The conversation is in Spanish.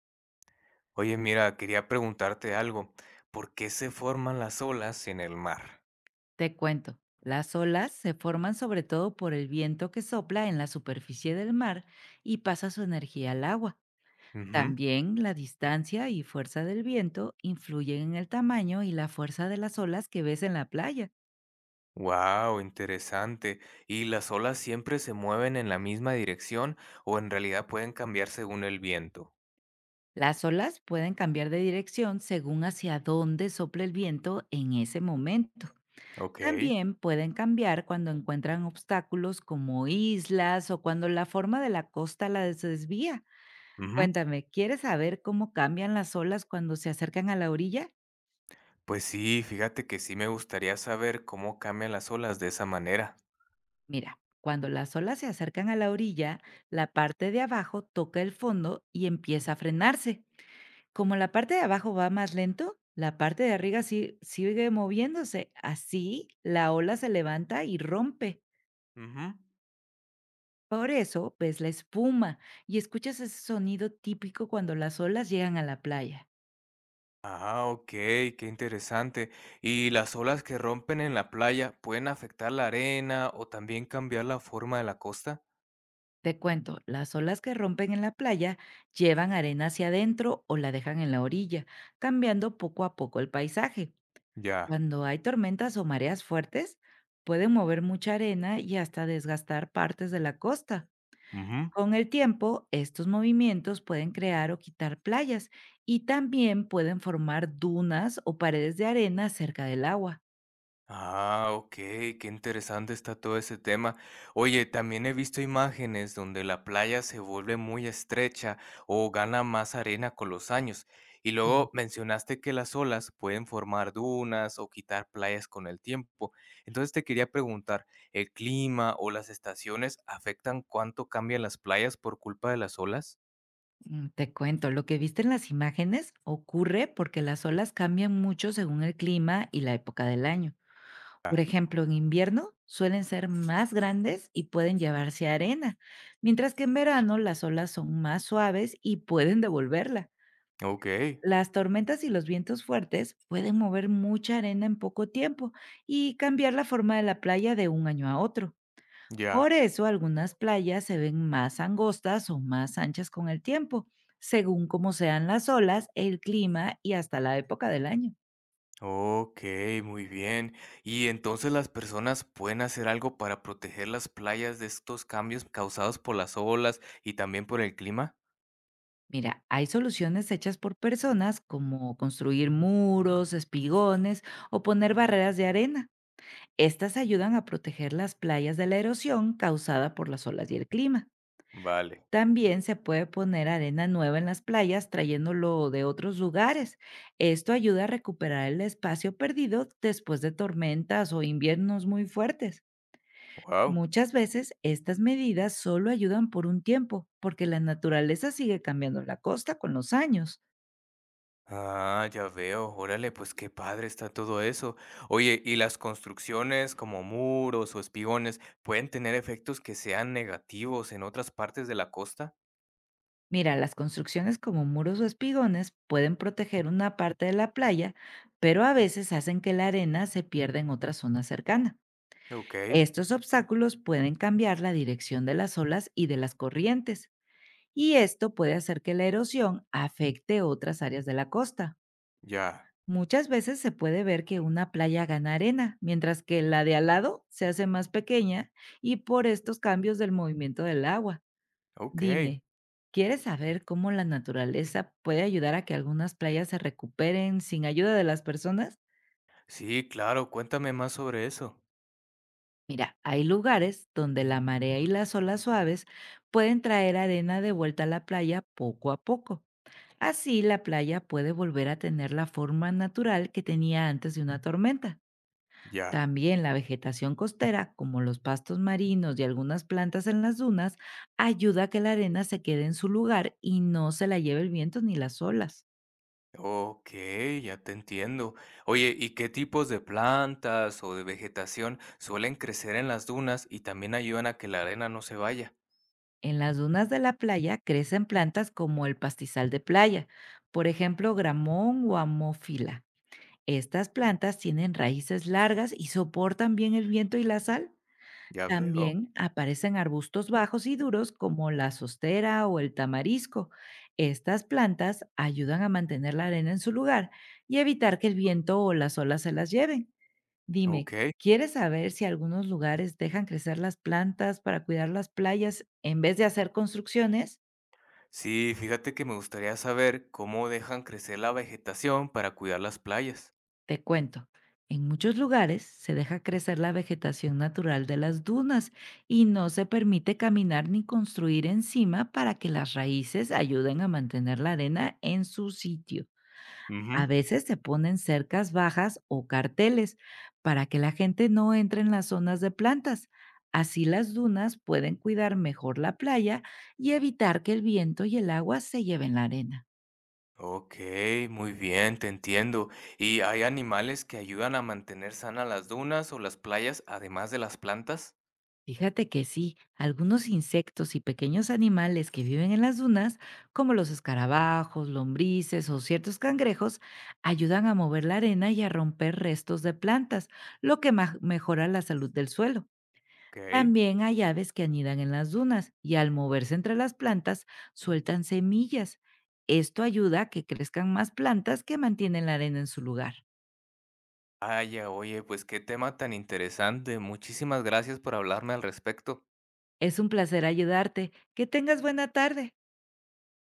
Oye, mira, quería preguntarte algo. ¿Por qué se forman las olas en el mar? Te cuento, las olas se forman sobre todo por el viento que sopla en la superficie del mar y pasa su energía al agua. También la distancia y fuerza del viento influyen en el tamaño y la fuerza de las olas que ves en la playa. Wow, interesante. ¿Y las olas siempre se mueven en la misma dirección o en realidad pueden cambiar según el viento? Las olas pueden cambiar de dirección según hacia dónde sople el viento en ese momento. Ok. También pueden cambiar cuando encuentran obstáculos como islas o cuando la forma de la costa las desvía. Ujú. Cuéntame, ¿quieres saber cómo cambian las olas cuando se acercan a la orilla? Pues sí, fíjate que sí me gustaría saber cómo cambian las olas de esa manera. Mira, cuando las olas se acercan a la orilla, la parte de abajo toca el fondo y empieza a frenarse. Como la parte de abajo va más lento, la parte de arriba sigue moviéndose. Así, la ola se levanta y rompe. Ujú. Por eso ves la espuma y escuchas ese sonido típico cuando las olas llegan a la playa. Ah, ok, qué interesante. ¿Y las olas que rompen en la playa pueden afectar la arena o también cambiar la forma de la costa? Te cuento, las olas que rompen en la playa llevan arena hacia adentro o la dejan en la orilla, cambiando poco a poco el paisaje. Ya. Cuando hay tormentas o mareas fuertes, pueden mover mucha arena y hasta desgastar partes de la costa. Ujú. Con el tiempo, estos movimientos pueden crear o quitar playas y también pueden formar dunas o paredes de arena cerca del agua. Ah, okey, qué interesante está todo ese tema. Oye, también he visto imágenes donde la playa se vuelve muy estrecha o gana más arena con los años. Y luego mencionaste que las olas pueden formar dunas o quitar playas con el tiempo. Entonces te quería preguntar, ¿el clima o las estaciones afectan cuánto cambian las playas por culpa de las olas? Te cuento, lo que viste en las imágenes ocurre porque las olas cambian mucho según el clima y la época del año. Ah. Por ejemplo, en invierno suelen ser más grandes y pueden llevarse arena, mientras que en verano las olas son más suaves y pueden devolverla. Okey, Las tormentas y los vientos fuertes pueden mover mucha arena en poco tiempo y cambiar la forma de la playa de un año a otro. Por ya. eso algunas playas se ven más angostas o más anchas con el tiempo, según cómo sean las olas, el clima y hasta la época del año. Ok, muy bien. ¿Y entonces las personas pueden hacer algo para proteger las playas de estos cambios causados por las olas y también por el clima? Mira, hay soluciones hechas por personas como construir muros, espigones o poner barreras de arena. Estas ayudan a proteger las playas de la erosión causada por las olas y el clima. Vale, También se puede poner arena nueva en las playas trayéndolo de otros lugares. Esto ayuda a recuperar el espacio perdido después de tormentas o inviernos muy fuertes. wow. Muchas veces estas medidas solo ayudan por un tiempo, porque la naturaleza sigue cambiando la costa con los años. Ah, ya veo. Órale, pues qué padre está todo eso. Oye, ¿y las construcciones como muros o espigones pueden tener efectos que sean negativos en otras partes de la costa? Mira, las construcciones como muros o espigones pueden proteger una parte de la playa, pero a veces hacen que la arena se pierda en otra zona cercana. Ok, Estos obstáculos pueden cambiar la dirección de las olas y de las corrientes, y esto puede hacer que la erosión afecte otras áreas de la costa. ya. Muchas veces se puede ver que una playa gana arena, mientras que la de al lado se hace más pequeña y por estos cambios del movimiento del agua. Ok. Dime, ¿quieres saber cómo la naturaleza puede ayudar a que algunas playas se recuperen sin ayuda de las personas? Sí, claro, cuéntame más sobre eso. Mira, hay lugares donde la marea y las olas suaves pueden traer arena de vuelta a la playa poco a poco. Así la playa puede volver a tener la forma natural que tenía antes de una tormenta. Ya. También la vegetación costera, como los pastos marinos y algunas plantas en las dunas, ayuda a que la arena se quede en su lugar y no se la lleve el viento ni las olas. Ok, ya te entiendo. Oye, ¿y qué tipos de plantas o de vegetación suelen crecer en las dunas y también ayudan a que la arena no se vaya? En las dunas de la playa crecen plantas como el pastizal de playa, por ejemplo, gramón o amófila. Estas plantas tienen raíces largas y soportan bien el viento y la sal. Ya veo. También aparecen arbustos bajos y duros como la sostera o el tamarisco. Estas plantas ayudan a mantener la arena en su lugar y evitar que el viento o las olas se las lleven. Dime, Ok. ¿quieres saber si algunos lugares dejan crecer las plantas para cuidar las playas en vez de hacer construcciones? Sí, fíjate que me gustaría saber cómo dejan crecer la vegetación para cuidar las playas. Te cuento, en muchos lugares se deja crecer la vegetación natural de las dunas y no se permite caminar ni construir encima para que las raíces ayuden a mantener la arena en su sitio. Ujú. A veces se ponen cercas bajas o carteles para que la gente no entre en las zonas de plantas. Así las dunas pueden cuidar mejor la playa y evitar que el viento y el agua se lleven la arena. Ok, muy bien, te entiendo. ¿Y hay animales que ayudan a mantener sanas las dunas o las playas además de las plantas? Fíjate que sí, algunos insectos y pequeños animales que viven en las dunas, como los escarabajos, lombrices o ciertos cangrejos, ayudan a mover la arena y a romper restos de plantas, lo que mejora la salud del suelo. Ok. También hay aves que anidan en las dunas y al moverse entre las plantas sueltan semillas. Esto ayuda a que crezcan más plantas que mantienen la arena en su lugar. Vaya, oye, pues qué tema tan interesante. Muchísimas gracias por hablarme al respecto. Es un placer ayudarte. Que tengas buena tarde.